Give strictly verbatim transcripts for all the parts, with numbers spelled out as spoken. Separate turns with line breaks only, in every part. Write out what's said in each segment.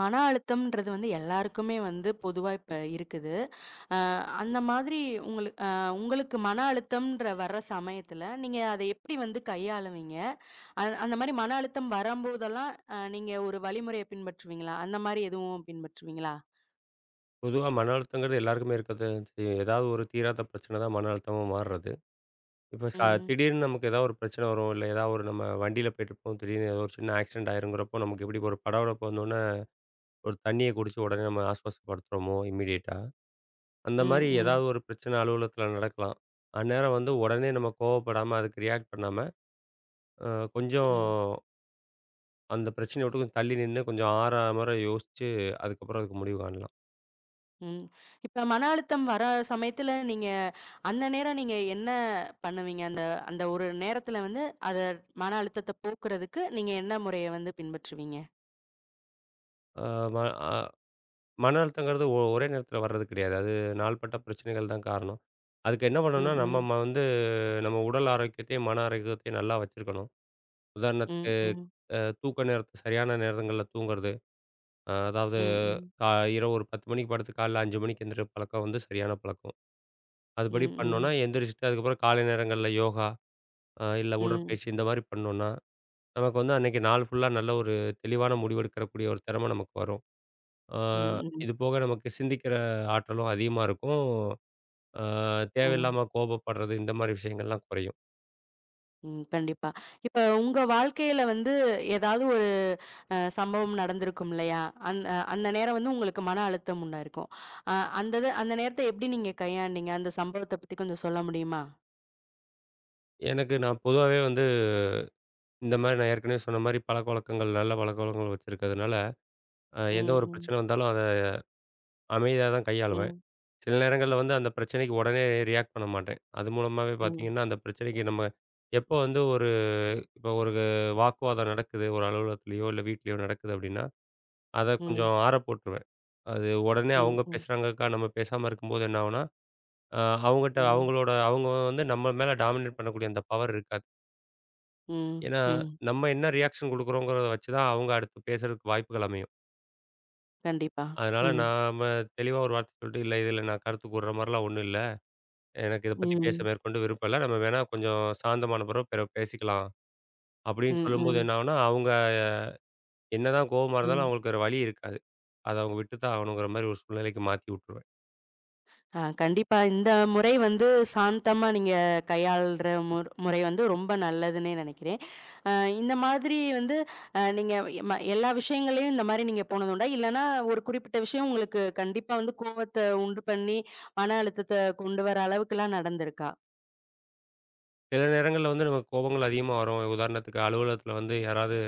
மன அழுத்தம்ன்றது வந்து எல்லாருக்குமே வந்து பொதுவா இப்ப இருக்குது. அ அந்த மாதிரி உங்களுக்கு அ உங்களுக்கு மன அழுத்தம்ன்ற வர்ற சமயத்துல, நீங்க அத எப்படி வந்து கையாளுவீங்க? அ அந்த மாரி மன அழுத்தம் வரம்போதெல்லாம் அ நீங்க ஒரு வழிமுறைய பின்பற்றுவீங்களா? அந்த மாரி எதுவும் பின்பற்றுவீங்களா?
பொதுவா மன அழுத்தங்கிறது எல்லாருக்குமே இருக்கது செய்யும். ஏதாவது ஒரு தீராத பிரச்சனை தான் மன அழுத்தமா மாறுறது. இப்ப ச
ம்.
திடீர்னு நமக்கு ஏதாவது ஒரு பிரச்சனை வரும். இல்ல ஏதாவது ஒரு நம்ம வண்டியில போயிட்டுருப்போம். திடீர்னு ஏதோ ஒரு சின்ன ஆக்சிடென்ட் ஆயிருங்கிறப்போ, நமக்கு எப்படி ஒரு படபடப்பு வந்தோனே, ஒரு தண்ணிய குடிச்சு உடனே நம்ம ஆஸ்வாசப்படுத்துறோமோ இம்மீடியட்டா, அந்த
ம்.
மாரி
ம்.
ஏதாவது ஒரு பிரச்சனை அலுவலகத்தில நடக்கலாம். அந்நேரம் வந்து உடனே நம்ம கோவப்படாம, அதுக்கு ரியாக்ட் பண்ணாம, அ கொஞ்சம்
ம்.
அந்த பிரச்சனைய விட்டு கொஞ்சம் தள்ளி நின்னு, கொஞ்சம் ஆறாமற யோசிச்சு, அதுக்கப்புறம் அதுக்கு முடிவு காணலாம்.
ம். இப்ப மன அழுத்தம் வர சமயத்துல நீங்க அந்த நேரம் நீங்க என்ன பண்ணுவீங்க? அந்த அந்த ஒரு நேரத்துல வந்து அத மன அழுத்தத்த போக்குறதுக்கு நீங்க என்ன முறைய வந்து பின்பற்றுவீங்க?
அ ம அ மன அழுத்தங்கிறது ஒ ஒரே நேரத்தில வர்றது கிடையாது. அது நாள்பட்ட பிரச்சனைகள் தான் காரணம். அதுக்கு என்ன பண்ணணும்னா,
Mm,
நம்ம
mm.
ம வந்து நம்ம உடல் ஆரோக்கியத்தையும், மன ஆரோக்கியத்தையும் நல்லா வச்சிருக்கணும்.
Mm.
உதாரணத்துக்கு
ம்.
அ தூக்க நேரத்த சரியான நேரங்கள்ல தூங்குறது. அ அதாவது
ம்.
கா இரவு ஒரு பத்து மணிக்கு படுத்து காலைல ஐந்து மணிக்கு எந்திரிக்கிற பழக்கம் வந்து சரியான பழக்கம். அதுபடி பண்ணோம்னா,
ம்.
எந்திரிச்சுட்டு அதுக்கப்புறம் காலை நேரங்கள்ல யோகா, அ இல்ல
ம்.
உடற்பயிற்சி இந்த மாரி பண்ணோம்னா, நமக்கு வந்து அன்னைக்கு நாள் ஃபுல்லா நல்ல ஒரு தெளிவான முடிவெடுக்கக்கூடிய ஒரு திறமை நமக்கு வரும். அ இது போக நமக்கு சிந்திக்கிற ஆற்றலும் அதிகமா இருக்கும். ஆ தேவையில்லாம கோபப்படுறது, இந்த மாரி விஷயங்கள்லாம் குறையும்.
ம். கண்டிப்பா. இப்ப உங்க வாழ்க்கையில வந்து ஏதாவது ஒரு அ சம்பவம் நடந்திருக்கும் இல்லையா? அந் அந்த நேரம் வந்து உங்களுக்கு மன அழுத்தம் உண்டாயிருக்கும். அ அந்த இது அந்த நேரத்த எப்படி நீங்க கையாண்டீங்க? அந்த சம்பவத்த பத்தி கொஞ்சம் சொல்ல முடியுமா?
எனக்கு நான் பொதுவாவே வந்து இந்த மாரி நான் ஏற்கனவே சொன்ன மாரி பழக்கவழக்கங்கள், நல்ல பழக்கவழக்கங்கள் வச்சிருக்கிறதுனால, அ எந்த ஒரு
ம்.
பிரச்சனை வந்தாலும் அத அமைதியா தான் கையாளுவேன்.
ம்.
சில நேரங்கள்ல வந்து அந்த பிரச்சனைக்கு உடனே ரியாக்ட் பண்ண மாட்டேன். அது மூலமாவே
ம்.
பார்த்தீங்கன்னா, அந்த பிரச்சனைக்கு நம்ம எப்போ வந்து ஒரு இப்போ ஒரு வாக்குவாதம் நடக்குது, ஒரு அலுவலகத்திலயோ இல்ல வீட்லயோ நடக்குது அப்படின்னா, அத
ம். ம்.
கொஞ்சம் ஆற போட்டுருவேன். அது உடனே
ம்.
அவங்க
ம்.
பேசுறாங்கக்கா நம்ம பேசாம இருக்கும்போது என்ன ஆகும்னா, அ அவங்கட்ட
ம்.
அவங்களோட அவங்க வந்து நம்ம மேல டாமினேட் பண்ணக்கூடிய அந்த பவர் இருக்காது.
ம்.
ஏன்னா,
ம்.
நம்ம என்ன ரியாக்ஷன் குடுக்குறோங்கிறத வச்சு தான் அவங்க அடுத்து பேசுறதுக்கு வாய்ப்புகள் அமையும்.
கண்டிப்பா.
அதனால
ம்.
நாம தெளிவா ஒரு வார்த்தை சொல்லிட்டு, "இல்ல இதுல நான் கருத்து கூர்ற மாரிலாம் ஒண்ணும் இல்ல. எனக்கு இத பத்தி பேச
ம்.
மேற்கொண்டு விருப்பம் இல்ல. நம்ம வேணா கொஞ்சம் சாந்தமான பிறகு பிற பேசிக்கலாம்." அப்படின்னு
ம்.
சொல்லும்போது
ம்.
என்ன ஆகும்னா, அவங்க என்னதான் கோவமா இருந்தாலும்
ம்.
அவங்களுக்கு வேற வழி இருக்காது. அத அவங்க விட்டு தான் ஆகணுங்கிற மாரி ஒரு சூழ்நிலைக்கு மாத்தி விட்டுருவேன்.
ஆ கண்டிப்பா. இந்த முறை வந்து சாந்தமா நீங்க கையாள்ற முற் முறை வந்து ரொம்ப நல்லதுன்னே நெனைக்கிறேன். அ இந்த மாதிரி வந்து அ நீங்க ம எல்லா விஷயங்கள்லயும் இந்த மாரி நீங்க போனது உண்டா? இல்லன்னா ஒரு குறிப்பிட்ட விஷயம் உங்களுக்கு கண்டிப்பா வந்து கோவத்த உண்டு பண்ணி, மன அழுத்தத்த கொண்டு வர அளவுக்குலாம் நடந்திருக்கா?
சில நேரங்கள்ல வந்து நமக்கு கோபங்கள் அதிகமா வரும். உதாரணத்துக்கு அலுவலகத்துல வந்து யாராவது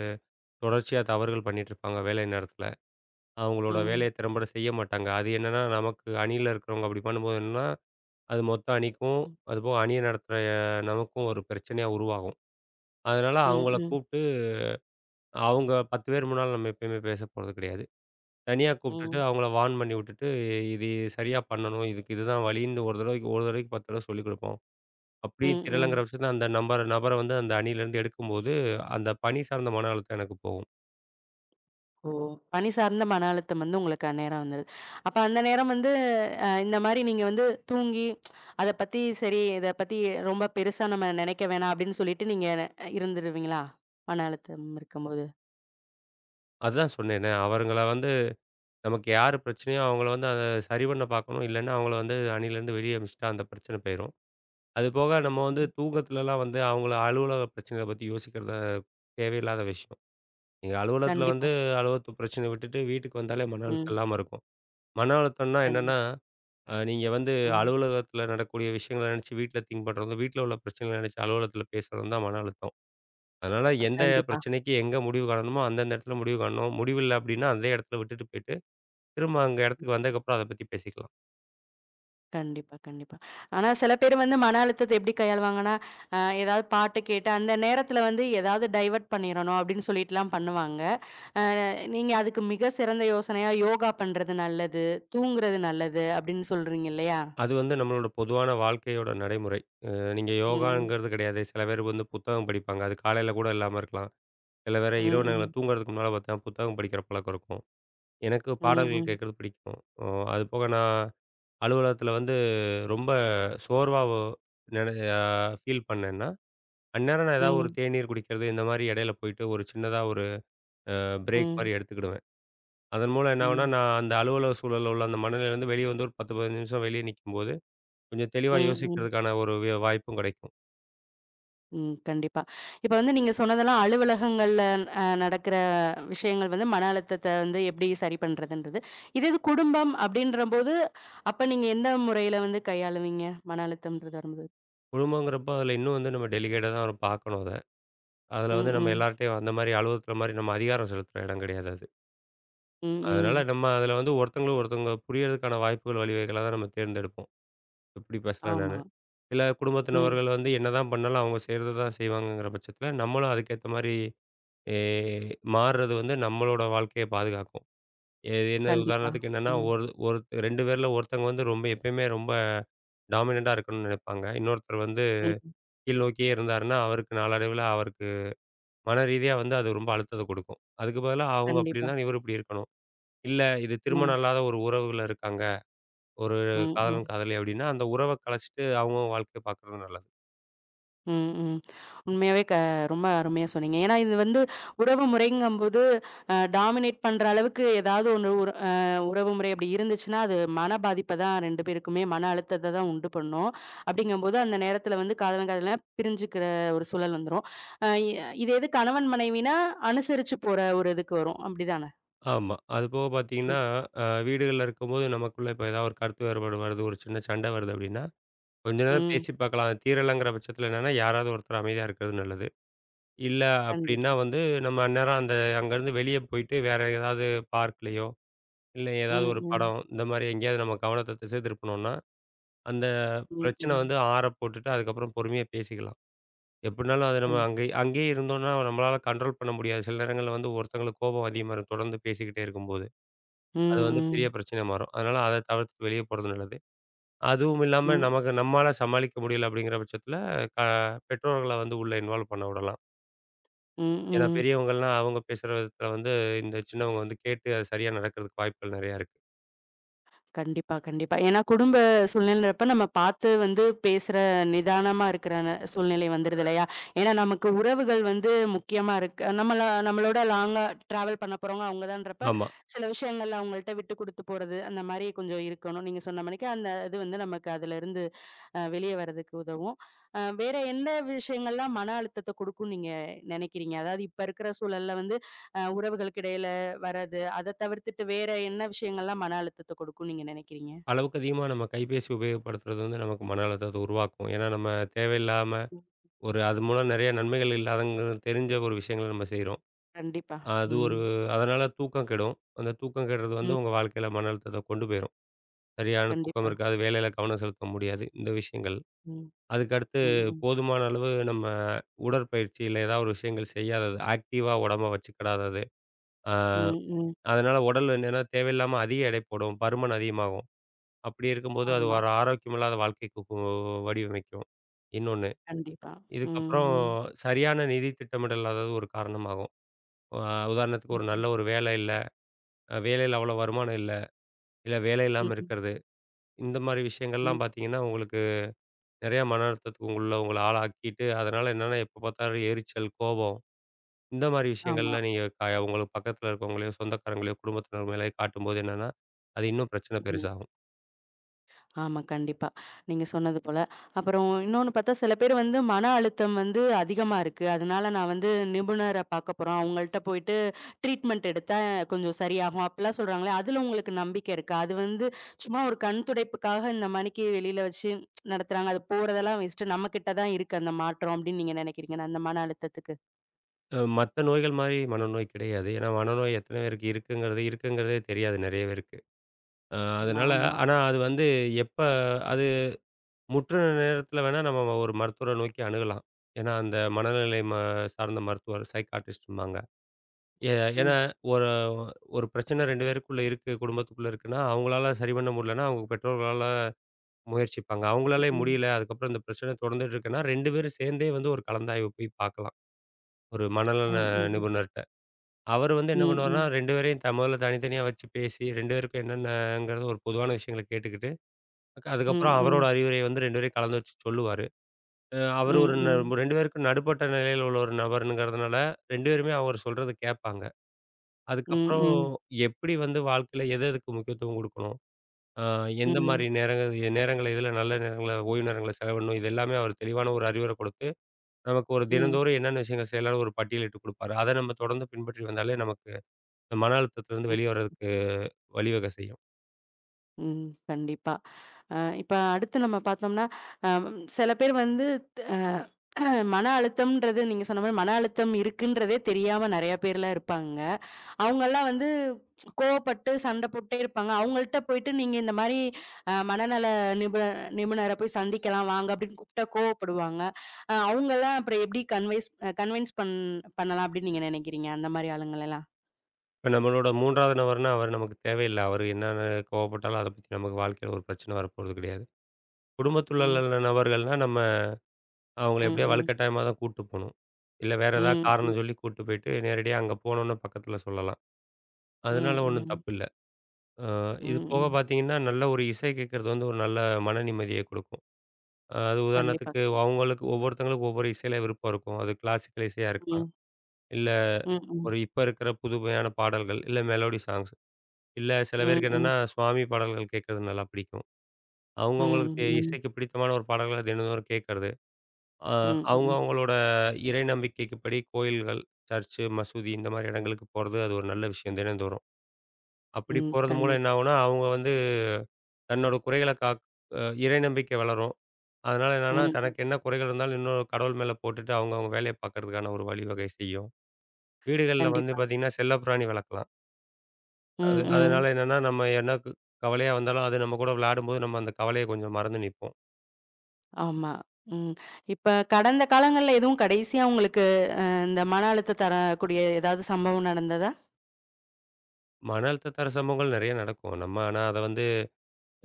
தொடர்ச்சியா தவறுகள் பண்ணிட்டு இருப்பாங்க, வேலை நேரத்துல. அவங்களோட
ம்.
வேலைய திறம்பட செய்ய மாட்டாங்க. அது என்னன்னா, நமக்கு அணியில இருக்கிறவங்க அப்படி பண்ணும்போது என்னன்னா, அது மொத்த அணிக்கும்,
ம்.
அதுபோக அணிய நடத்துற நமக்கும் ஒரு பிரச்சனையா உருவாகும். அதனால
ம்.
அவங்கள
ம்.
கூப்பிட்டு, அவங்க பத்து பேர் முன்னால நம்ம எப்பயுமே பேச போறது கிடையாது. தனியா கூப்பிட்டுட்டு
ம்.
அவங்கள வார்ன் பண்ணி விட்டுட்டு, "இது சரியா பண்ணணும். இதுக்கு இதுதான் வழின்னு ஒரு தடவைக்கு ஒரு தடவைக்கு பத்து தடவ சொல்லிக் குடுப்போம்."
ம்.
அப்படியும்
ம்.
திரளங்கிற பட்சத்துல அந்த நம்பர் நபர வந்து அந்த அணியிலேருந்து எடுக்கும்போது, அந்த பணி சார்ந்த மன அழுத்தம் எனக்கு போகும்.
ஓ! பணி சார்ந்த மன அழுத்தம் வந்து உங்களுக்கு அந்நேரம் வந்தது. அப்ப அந்த நேரம் வந்து அ இந்த மாரி நீங்க வந்து தூங்கி அத பத்தி சரி இத பத்தி ரொம்ப பெருசா நம்ம நெனைக்க வேணாம் அப்படின்னு சொல்லிட்டு நீங்க இருந்துருவீங்களா? மன அழுத்தம் இருக்கும்போது?
அதுதான் சொன்னேனே, அவருங்கள வந்து நமக்கு யார் பிரச்சனையோ அவங்கள வந்து அத சரி பண்ண பார்க்கணும். இல்லன்னா, அவங்கள வந்து அணியிலேருந்து வெளிய அனுப்பிச்சுட்டா அந்த பிரச்சனை போயிரும். அதுபோக நம்ம வந்து
ம்.
தூக்கத்துலலாம் வந்து அவங்கள அலுவலக பிரச்சனைகள பத்தி யோசிக்கிறது தேவையில்லாத விஷயம். நீங்க அலுவலகத்தில வந்து
கண்டிப்பா.
அலுவலகத்து பிரச்சனைய விட்டுட்டு வீட்டுக்கு வந்தாலே மன அழுத்தம்
ம்.
இல்லாம இருக்கும். மன அழுத்தம்னா என்னன்னா,
கண்டிப்
அ நீங்க வந்து
ம்.
அலுவலகத்தில நடக்கக்கூடிய விஷயங்கள நினைச்சு வீட்ல திங்க் பண்றதும், வீட்ல உள்ள பிரச்சனைகள நினைச்சு அலுவலகத்தில பேசுறதும் தான் மன அழுத்தம். அதனால
அஹ்,
எந்த
கண்டிப்பா.
பிரச்சனைக்கு எங்க முடிவு காணணுமோ, அந்தந்த இடத்துல முடிவு காணணும். முடிவில்ல அப்டின்னா, அதே இடத்துல விட்டுட்டு போயிட்டு திரும்ப அங்க இடத்துக்கு வந்ததுக்கப்புறம் அத பத்தி பேசிக்கலாம்.
கண்டிப்பா, கண்டிப்பா. ஆனா சில பேர் வந்து மன அழுத்தத்த எப்படி கையாளுவாங்கன்னா, அ ஏதாவது பாட்டு கேட்டு அந்த நேரத்துல வந்து ஏதாவது டைவர்ட் பண்ணிறணும் அப்படின்னு சொல்லிட்டுலாம் பண்ணுவாங்க. நீங்க அதுக்கு மிக சிறந்த யோசனையா யோகா பண்றது நல்லது, தூங்குறது நல்லது அப்படின்னு சொல்றீங்க இல்லையா?
அது வந்து நம்மளோட பொதுவான வாழ்க்கையோட நடைமுறை. அ நீங்க
ம்.
யோகாங்கிறது கிடையாது. சில பேர் வந்து புத்தகம் படிப்பாங்க. அது காலையில கூட இல்லாம இருக்கலாம். சில பேர் இரவு
ம்,
நேரங்கள்ல
ம்.
தூங்குறதுக்கு முன்னால பார்த்தா புத்தகம் படிக்கிற பழக்கம் இருக்கும். எனக்கு
ம்,
பாடல்கள்
ம்.
கேட்கறது பிடிக்கும். அ அது போக நான் அலுவலகத்தில வந்து ரொம்ப சோர்வா ஒ நென அ ஃபீல் பண்ணேன்னா, அந்நேரம் நான் ஏதாவது ஒரு
ம்,
தேநீர் குடிக்கிறது, இந்த மாரி இடையில போயிட்டு ஒரு சின்னதா ஒரு பிரேக் மாரி
ம்.
எடுத்துக்கிடுவேன். அதன் மூலம் என்ன ஆகும்னா,
ம்.
நான் அந்த அலுவலக சூழல்ல உள்ள அந்த மனநிலையிலருந்து வெளிய வந்து ஒரு பத்து, பதினைந்து நிமிஷம் வெளிய நிக்கும்போது கொஞ்சம் தெளிவா
ம், ம்.
யோசிக்கிறதுக்கான ஒரு வே வாய்ப்பும் கிடைக்கும்.
ம். கண்டிப்பா. இப்ப வந்து நீங்க சொன்னதெல்லாம் அலுவலகங்கள்ல அ நடக்கிற விஷயங்கள் வந்து மன அழுத்தத்த வந்து எப்படி சரி பண்றதுன்றது. இதே இது குடும்பம் அப்படின்றபோது, அப்ப நீங்க எந்த முறையில வந்து கையாளுவீங்க? மன அழுத்தம்ன்றது வரும்போது?
குழுமங்கிறப்போ அதில இன்னும் வந்து நம்ம டெலிகேட்டா தான் நம்ம பார்க்கணும் அத. அதில
ம்,
வந்து நம்ம
ம்.
எல்லார்ட்டயும் அந்த மாரி அலுவலகத்தில மாரி நம்ம அதிகாரம் செலுத்துற இடம் கிடையாது அது.
ம்,
அதனால
ம்.
நம்ம அதில வந்து ஒருத்தங்களுக்கு ஒருத்தவங்க புரியறதுக்கான வாய்ப்புகள், வழிவகைகள தான் நம்ம தேர்ந்தெடுப்போம். எப்படி பேசலாம்
ஆமா.
என்னன்னு. சில
ம்.
குடும்பத்தினவர்கள் வந்து என்னதான் பண்ணாலும் அவங்க செய்றத தான் செய்வாங்கங்கிற பட்சத்தில, நம்மளும் அதுக்கேத்த மாரி எ மாறுறது வந்து நம்மளோட வாழ்க்கைய பாதுகாக்கும். எ என்ன
கண்டிப்பா.
உதாரணத்துக்கு என்னன்னா,
ம்.
ஒரு ஒரு ரெண்டு பேர்ல ஒருத்தங்க வந்து ரொம்ப எப்பயுமே ரொம்ப டாமினன்ட்டா இருக்கணும்னு நினைப்பாங்க. இன்னொருத்தர் வந்து
ம்.
கீழ் நோக்கியே இருந்தாருன்னா, அவருக்கு நாளடைவில அவருக்கு மன ரீதியா வந்து அது ரொம்ப அழுத்தத்த குடுக்கும். அதுக்கு பதிலா அவங்க அப்படி
கண்டிப்பா.
இருந்தாங்க, இவரு இப்படி இருக்கணும். இல்ல இது
ம்.
திருமணம் இல்லாத ஒரு உறவுல இருக்காங்க. ஒரு
ம், ம்.
காதலன், காதலி அப்படின்னா, அந்த உறவ கலைச்சிட்டு அவங்கவங்க வாழ்க்கைய பார்க்குறது நல்லது.
ம், ம். உண்மையாவே க ரொம்ப அருமையா சொன்னீங்க. ஏன்னா, இது வந்து உறவு முறைங்கும்போது, அ டாமினேட் பண்ற அளவுக்கு ஏதாவது ஒண்ணு ஒரு அ உறவு முறை அப்படி இருந்துச்சுன்னா, அது மன பாதிப்ப தான் ரெண்டு பேருக்குமே மன அழுத்தத்த தான் உண்டு பண்ணும். அப்படிங்கும்போது, அந்த நேரத்தில வந்து காதலன், காதலியா பிரிஞ்சுக்கிற ஒரு சூழல் வந்துரும். அ இ இது எது கணவன் மனைவினா, அனுசரிச்சு போற ஒரு இதுக்கு வரும். அப்படிதான?
ஆமா. அது போக பார்த்தீங்கன்னா,
ம்,
அ வீடுகள்ல இருக்கும்போது நமக்குள்ள இப்ப ஏதாவது ஒரு கருத்து வேறுபாடு வருது, ஒரு சின்ன சண்டை வருது அப்படின்னா, கொஞ்ச நேரம்
ம்.
பேசி பார்க்கலாம். அது தீரலங்கிற பட்சத்தில என்னன்னா, யாராவது ஒருத்தர் அமைதியா இருக்கிறது நல்லது. இல்ல அப்படின்னா
கண்டிப்பா.
வந்து, நம்ம அந்நேரம் அந்த அங்கருந்து வெளிய போயிட்டு வேற ஏதாவது பார்க்லயோ இல்ல ஏதாவது
ம்,
ஒரு
ம்.
படம், இந்த மாரி எங்கேயாவது நம்ம கவனத்த திசை திருப்புனோம்னா, அந்த
ம்,
பிரச்சனை
ம்.
வந்து ஆற போட்டுட்டு, அதுக்கப்புறம் பொறுமையா பேசிக்கலாம். எப்டினாலும் அது
கண்
நம்ம அங்கே அங்கேயே இருந்தோம்னா, நம்மளால கண்ட்ரோல் பண்ண முடியாது. சில நேரங்கள்ல வந்து ஒருத்தங்களுக்கு கோபம் அதிகமா இருக்கும். தொடர்ந்து பேசிக்கிட்டே இருக்கும்போது. அது
ம்,
வந்து பெரிய
ம்.
பிரச்சனையா மாறும். அதனால அத தவிர்த்துட்டு வெளிய போறது நல்லது. அதுவும் இல்லாம
ம்,
நமக்கு நம்மால சமாளிக்க முடியல அப்டிங்கிற பட்சத்தில, க பெற்றோர்கள வந்து உள்ள இன்வால்வ் பண்ண விடலாம்.
ம்,
ஏன்னா
ம்.
பெரியவங்கள்னா, அவங்க பேசுற விதத்துல வந்து இந்த சின்னவங்க வந்து கேட்டு அது சரியா நடக்கிறதுக்கு வாய்ப்புகள் நெறையா இருக்கு.
கண்டிப்பா, கண்டிப்பா. ஏன்னா குடும்ப சூழ்நிலைன்றப்ப நம்ம பார்த்து வந்து பேசுற நிதானமா இருக்கிற ந சூழ்நிலை வந்துருது இல்லையா? ஏன்னா நமக்கு உறவுகள் வந்து முக்கியமா இருக்கு. நம்மள நம்மளோட லாங்கா டிராவல் பண்ண போறவங்க அவங்க தான்றப்ப,
ஆமா.
சில விஷயங்கள்ல அவங்கள்ட்ட விட்டு குடுத்து போறது, அந்த மாரி கொஞ்சம் இருக்கணும். நீங்க சொன்ன மாணிக்கு அந்த இது வந்து நமக்கு அதுலருந்து அ வெளிய வரதுக்கு உதவும். அ வேற எந்த விஷயங்கள்லாம் மன அழுத்தத்த குடுக்கும்ன்னு நீங்க நெனைக்கிறீங்க? அதாவது இப்ப இருக்கிற சூழல்ல வந்து அ உறவுகளுக்கு இடையில வர்றது, அத தவிர்த்துட்டு வேற என்ன விஷயங்கள்லாம் மன அழுத்தத்த குடுக்கும்ன்னு நீங்க நெனைக்கிறீங்க?
அளவுக்கு அதிகமா நம்ம கைபேசி உபயோகப்படுத்துறது வந்து நமக்கு மன அழுத்தத்தை உருவாக்கும். ஏன்னா, நம்ம தேவையில்லாம ஒரு அது மூலம் நெறைய நன்மைகள் இல்லாதங்கிறது தெரிஞ்ச ஒரு விஷயங்கள நம்ம செய்றோம்.
கண்டிப்பா.
அது
ம்.
ஒரு அதனால தூக்கம் கெடும். அந்த தூக்கம் கெடுறது
ம்.
வந்து உங்க வாழ்க்கையில மன அழுத்தத்த கொண்டு போயிரும். சரியான தூக்கம்
கண்டிப்பா.
இருக்காது, வேலையில கவனம் செலுத்த முடியாது, இந்த விஷயங்கள்.
ம்.
அதுக்கடுத்து
ம். ம்.
போதுமான அளவு நம்ம உடற்பயிற்சி இல்ல ஏதாவது ஒரு விஷயங்கள் செய்யாதது, ஆக்டிவா உடம்ப வச்சுக்கிடாதது. ஆ
ம். ம்.
அதனால உடல் என்னன்னா தேவையில்லாம அதிக எடை போடும், பருமன் அதிகமாகும். அப்படி இருக்கும்போது, அது
ஆமா.
ஒரு ஆரோக்கியமில்லாத வாழ்க்கைக்கு கு வடிவமைக்கும். இன்னொன்னு,
கண்டிப்பா.
இதுக்கப்புறம்
ம்.
சரியான நிதி திட்டமிடல் இல்லாதது ஒரு காரணமாகும். அ உதாரணத்துக்கு
ம்.
ஒரு
ம்.
நல்ல ஒரு வேலை இல்ல, அ வேலையில அவ்வளோ வருமானம் இல்ல, இல்ல வேலை இல்லாம
ம்.
இருக்கிறது. இந்த மாரி விஷயங்கள்லாம்
ம்.
பார்த்தீங்கன்னா, உங்களுக்கு நெறையா மன அழுத்தத்துக்கு உள்ள உங்கள ஆளாக்கிட்டு, அதனால என்னன்னா எப்ப பார்த்தாலும் எரிச்சல், கோபம் இந்த மாரி
ஆமா.
விஷயங்கள்ல நீங்க க உங்களுக்கு பக்கத்தில இருக்கவங்களையோ, சொந்தக்காரங்களையோ, குடும்பத்தினர் மேலயோ காட்டும்போது என்னன்னா, அது இன்னும் பிரச்சனை
ம்.
பெருசாகும்.
ஆமா, கண்டிப்பா. நீங்க சொன்னது போல. அப்புறம் இன்னொன்னு பார்த்தா, சில பேர் வந்து மன அழுத்தம் வந்து அதிகமா இருக்கு. அதனால நான் வந்து நிபுணர பார்க்க போறோம். அவங்கள்ட்ட போயிட்டு ட்ரீட்மெண்ட் எடுத்தா கொஞ்சம் சரியாகும். அப்படிலாம் சொல்றாங்களே, அதுல உங்களுக்கு நம்பிக்கை இருக்கா? அது வந்து சும்மா ஒரு கண் துடைப்புக்காக இந்த மணிக்கு வெளியில வச்சு நடத்துறாங்க. அது போறதெல்லாம் வேஸ்ட்டு. நம்ம கிட்ட தான் இருக்கு அந்த மாற்றம் அப்படின்னு நீங்க நினைக்கிறீங்களா? அந்த மன அழுத்தத்துக்கு.
அ மத்த நோய்கள் மாரி மனநோய் கிடையாது. ஏன்னா மனநோய் எத்தன பேருக்கு இருக்குங்கிறது இருக்குங்கிறதே தெரியாது நெறைய பேருக்கு. அ
ஆமா,
அதனால
ஆமா.
ஆனா அது வந்து எப்ப அது முற்றுற நேரத்தில வேணா நம்ம ஒரு மருத்துவர நோக்கி அணுகலாம். ஏன்னா அந்த மனநிலை ம சார்ந்த மருத்துவர் சைக்காட்ரிஸ்ட்ம்பாங்க. ஏ ஏன்னா
ம்.
ஒரு ஒரு பிரச்சனை ரெண்டு பேருக்குள்ள இருக்கு, குடும்பத்துக்குள்ள இருக்குன்னா, அவங்களால சரி பண்ண முடியலன்னா, அவங்க பெற்றோர்களால முயற்சிப்பாங்க. அவங்களாலே
ம்.
முடியல, அதுக்கப்புறம் இந்த பிரச்சனை தொடர்ந்துட்டு இருக்குன்னா, ரெண்டு பேரும் சேர்ந்தே வந்து ஒரு கலந்தாய்வு போய் பார்க்கலாம். ஒரு மனநல
ம். ம்.
நிபுணர்ட்ட. அவரு வந்து என்ன பண்ணுவாருன்னா,
ம்.
ரெண்டு பேரையும் த முதல்ல தனித்தனியா வச்சு பேசி ரெண்டு பேருக்கும் என்னென்னங்கிறது ஒரு பொதுவான விஷயங்கள கேட்டுக்கிட்டு, அக்க-
ம்.
அதுக்கப்புறம் அவரோட
ம்.
அறிவுரைய வந்து ரெண்டு பேரையும் கலந்து வச்சு சொல்லுவாரு. அ அவரு
ம்.
ஒரு ந
ம்.
ரெண்டு பேருக்கும் நடுப்பட்ட நிலையில உள்ள ஒரு நபருங்கிறதுனால ரெண்டு பேருமே அவர் சொல்றத கேட்பாங்க.
ம்.
அதுக்கப்புறம்
ம்.
எப்படி வந்து வாழ்க்கையில எது எதுக்கு முக்கியத்துவம் குடுக்கணும்? அ எந்த மாரி
ம்.
நேரங்க நேரங்கள எதுல நல்ல நேரங்கள ஓய்வு நேரங்கள செலவிடணும்? இது எல்லாமே அவர் தெளிவான ஒரு அறிவுரை கொடுத்து, நமக்கு ஒரு
ம்.
தினந்தோறும் என்னென்ன விஷயங்கள் செய்யலாம்னு ஒரு பட்டியலிட்டு குடுப்பாரு. அத நம்ம தொடர்ந்து பின்பற்றி வந்தாலே நமக்கு மன அழுத்தத்திலேருந்து
ம்
வெளிய வர்றதுக்கு வழிவகை செய்யும்.
ம். கண்டிப்பா. அ இப்ப அடுத்து நம்ம பார்த்தோம்னா, அம் சில பேர் வந்து அ மன அழுத்தம்ன்றது நீங்க சொன்ன மாரி மன அழுத்தம் இருக்குன்றதே தெரியாம நெறைய பேர்லாம் இருப்பாங்க. அவங்கலாம் வந்து கோவப்பட்டு சண்ட போட்டே இருப்பாங்க. அவங்கள்ட்ட போயிட்டு நீங்க இந்த மாரி அ மனநல நிபு நிபுணர போய் சந்திக்கலாம் வாங்க அப்படின்னு கூப்பிட்டா கோவப்படுவாங்க. அ அவங்கலாம் அப்புறம் எப்படி கன்வைஸ் கன்வின்ஸ் பண் பண்ணலாம் அப்படின்னு நீங்க நினைக்கிறீங்க? அந்த மாரி ஆளுங்களலாம்.
இப்ப நம்மளோட மூன்றாவது நபர்னா, அவர் நமக்கு தேவையில்ல. அவர் என்னென்ன கோவப்பட்டாலும், அத பத்தி நமக்கு வாழ்க்கையில ஒரு பிரச்சனை வரப்போறது கிடையாது. குடும்பத்துல
ம்.
உள்ள நபர்கள்னா, நம்ம அவங்கள
ம்,
எப்படியோ
ம்.
வலுக்கட்டாயமா தான் கூட்டு போணும். இல்ல வேற ஏதாவது
ம், ம்.
காரணம் சொல்லி கூட்டு போயிட்டு, நேரடியா அங்க போனோனே பக்கத்துல சொல்லலாம்.
ம்,
அதனால ஒண்ணும்
ம்.
தப்பில்ல. அ இது
ம்,
போக
ம்.
பார்த்தீங்கன்னா, நல்ல ஒரு இசை கேட்கறது வந்து ஒரு நல்ல மன நிம்மதிய குடுக்கும். அது
கண்டிப்பா.
உதாரணத்துக்கு அவங்களுக்கு ஒவ்வொருத்தவங்களுக்கு ஒவ்வொரு இசையில விருப்பம் இருக்கும். அது கிளாசிக்கல் இசையா இருக்கலாம்.
ம்.
இல்ல
ம், ம்.
ஒரு இப்ப இருக்கிற புதுமையான பாடல்கள், இல்ல மெலோடி சாங்ஸ். இல்ல சில
ம்,
பேருக்கு
ம்.
என்னன்னா, சுவாமி பாடல்கள் கேட்கறது நல்லா பிடிக்கும்.
ம்,
அவங்கவங்களுக்கு
ம்.
இசைக்கு பிடித்தமான ஒரு பாடல்கள தினந்தோறும் கேட்கறது. அ
ம்,
அவங்க
ம்.
அவங்களோட இறை நம்பிக்கைக்கு படி கோயில்கள், சர்ச்சு, மசூதி இந்த மாரி இடங்களுக்கு போறது அது ஒரு நல்ல விஷயம் தினந்தோறும். அப்படி
ம்.
போறது மூலம்
கண்டிப்பா.
என்ன ஆகும்னா, அவங்க வந்து தன்னோட குறைகள காக் அ இறை நம்பிக்கை வளரும். அதனால என்னன்னா,
ம். ம்,
தனக்கு என்ன குறைகள் இருந்தாலும் இன்னொரு கடவுள் மேல போட்டுட்டு அவங்கவங்க வேலைய பார்க்கறதுக்கான ஒரு வழிவகை செய்யும். வீடுகள்ல வந்து
கண்டிப்பா.
பார்த்தீங்கன்னா, செல்லப்பிராணி வளர்க்கலாம். அது
ம், ம்.
அதனால என்னன்னா, நம்ம என்ன க் கவலையா வந்தாலும், அது நம்ம கூட விளையாடும்போது, நம்ம அந்த கவலைய கொஞ்சம் மறந்து நிப்போம்.
ஆமா. ம். இப்ப கடந்த காலங்கள்ல எதுவும் கடைசியா உங்களுக்கு அ இந்த மன அழுத்தம் தரக்கூடிய ஏதாவது சம்பவம் நடந்ததா?
மன அழுத்தம் தர சம்பவங்கள் நெறைய நடக்கும். நம்ம ஆனா அத வந்து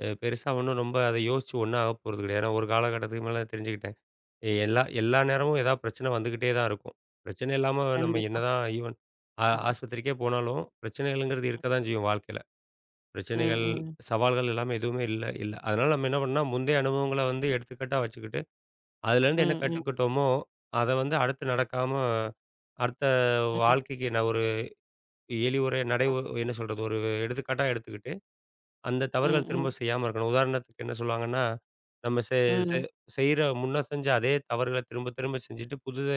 அ பெருசா ஒண்ணும் ரொம்ப அத யோசிச்சு ஒண்ணும் ஆக போறது கிடையாது. ஏன்னா, ஒரு காலகட்டத்துக்கு மேல தெரிஞ்சுக்கிட்டேன். எ- எல்லா எல்லா நேரமும் ஏதாவது பிரச்சனை வந்துகிட்டே தான் இருக்கும். பிரச்சனை இல்லாம நம்ம
கண்டிப்பா.
என்னதான் ஈவன் ஆ
ம்.
ஆஸ்பத்திரிக்கே போனாலும், பிரச்சனைகள்ங்கிறது இருக்க தான் செய்யும் வாழ்க்கையில. பிரச்சனைகள்,
ம்,
சவால்கள் எல்லாமே எதுவுமே இல்ல இல்ல. அதனால நம்ம என்ன பண்ணணும்னா, முந்தைய அனுபவங்கள வந்து எடுத்துக்காட்டா வச்சுக்கிட்டு, அதுலேருந்து என்ன
ம். ம்,
கத்துக்கிட்டோமோ, அத வந்து அடுத்து நடக்காம அடுத்த
ம். ம்.
வாழ்க்கைக்கு நான் ஒரு எலி உரை நடை உ என்ன சொல்றது? ஒரு எடுத்துக்காட்டா எடுத்துக்கிட்டு, அந்த
ம்.
தவறுகள் திரும்ப
ம்.
செய்யாம இருக்கணும். உதாரணத்துக்கு என்ன சொல்லுவாங்கன்னா, நம்ம செ
ம்.
செ
ம்.
செய்ற முன்ன செஞ்ச அதே தவறுகள திரும்ப திரும்ப செஞ்சுட்டு, புதுத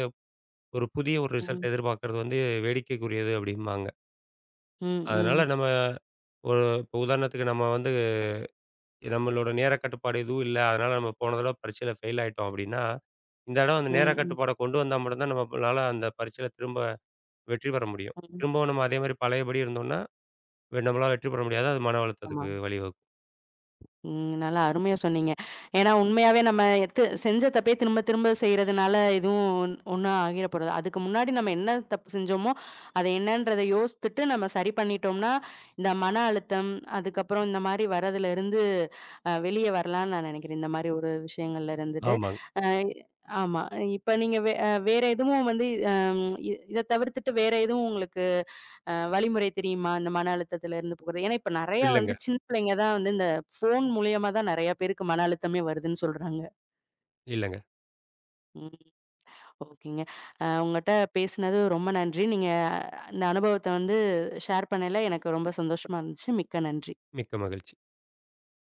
ஒரு புதிய ஒரு
ம், ம்.
ரிசல்ட் எதிர்பார்க்கறது வந்து வேடிக்கைக்குரியது அப்டிம்பாங்க.
ம்,
அதனால
ம்.
நம்ம ஒரு இப்போ உதாரணத்துக்கு நம்ம வந்து நம்மளோட நேர கட்டுப்பாடு எதுவும் இல்ல. அதனால நம்ம போன தடவ பரீட்சையில ஃபெயில் ஆயிட்டோம் அப்டின்னா, இந்த தடவ அந்த நேர
ம்.
கட்டுப்பாட கொண்டு வந்தா மட்டும் தான் நம்மளால அந்த பரீட்சையில திரும்ப வெற்றி பெற முடியும்.
ம்,
திரும்பவும் நம்ம அதே மாரி பழையபடி இருந்தோம்னா வெ- நம்மளால வெற்றி பெற முடியாது. அது மன
ஆமா.
அழுத்தத்துக்கு வழிவகுக்கும்.
ம். நல்லா அருமையா சொன்னீங்க. ஏன்னா உண்மையாவே நம்ம எத்து செஞ்ச தப்பே திரும்ப திரும்ப செய்றதுனால எதுவும் ஒண்ணும் ஆகிற போறது. அதுக்கு முன்னாடி நம்ம என்ன தப்பு செஞ்சோமோ, அத என்னன்றத யோசித்துட்டு நம்ம சரி பண்ணிட்டோம்னா, இந்த மன அழுத்தம், அதுக்கப்புறம் இந்த மாரி வரதுலருந்து அ வெளிய வரலான்னு நான் நெனைக்கிறேன். இந்த மாரி ஒரு விஷயங்கள்ல இருந்துட்டு.
ஆமாங்க.
அ ஆமா. இப்ப நீங்க வே அ வேற எதுவும் வந்து அ இ இத தவிர்த்துட்டு வேற எதுவும் உங்களுக்கு அ வழிமுறை தெரியுமா? இந்த மன அழுத்தத்திலருந்து போறது. ஏன்னா, இப்ப நெறையா
இல்லங்க,
வந்து சின்ன பிள்ளைங்க தான் வந்து இந்த ஃபோன் மூலியமா தான் நெறையா பேருக்கு மன அழுத்தமே வருதுன்னு சொல்றாங்க.
இல்லங்க.
ம். ஓகேங்க. அ உங்கட்ட பேசினது ரொம்ப நன்றி. நீங்க அஹ், இந்த அனுபவத்த வந்து ஷேர் பண்ணயில எனக்கு ரொம்ப சந்தோஷமா இருந்துச்சு. மிக்க நன்றி.
மிக்க மகிழ்ச்சி.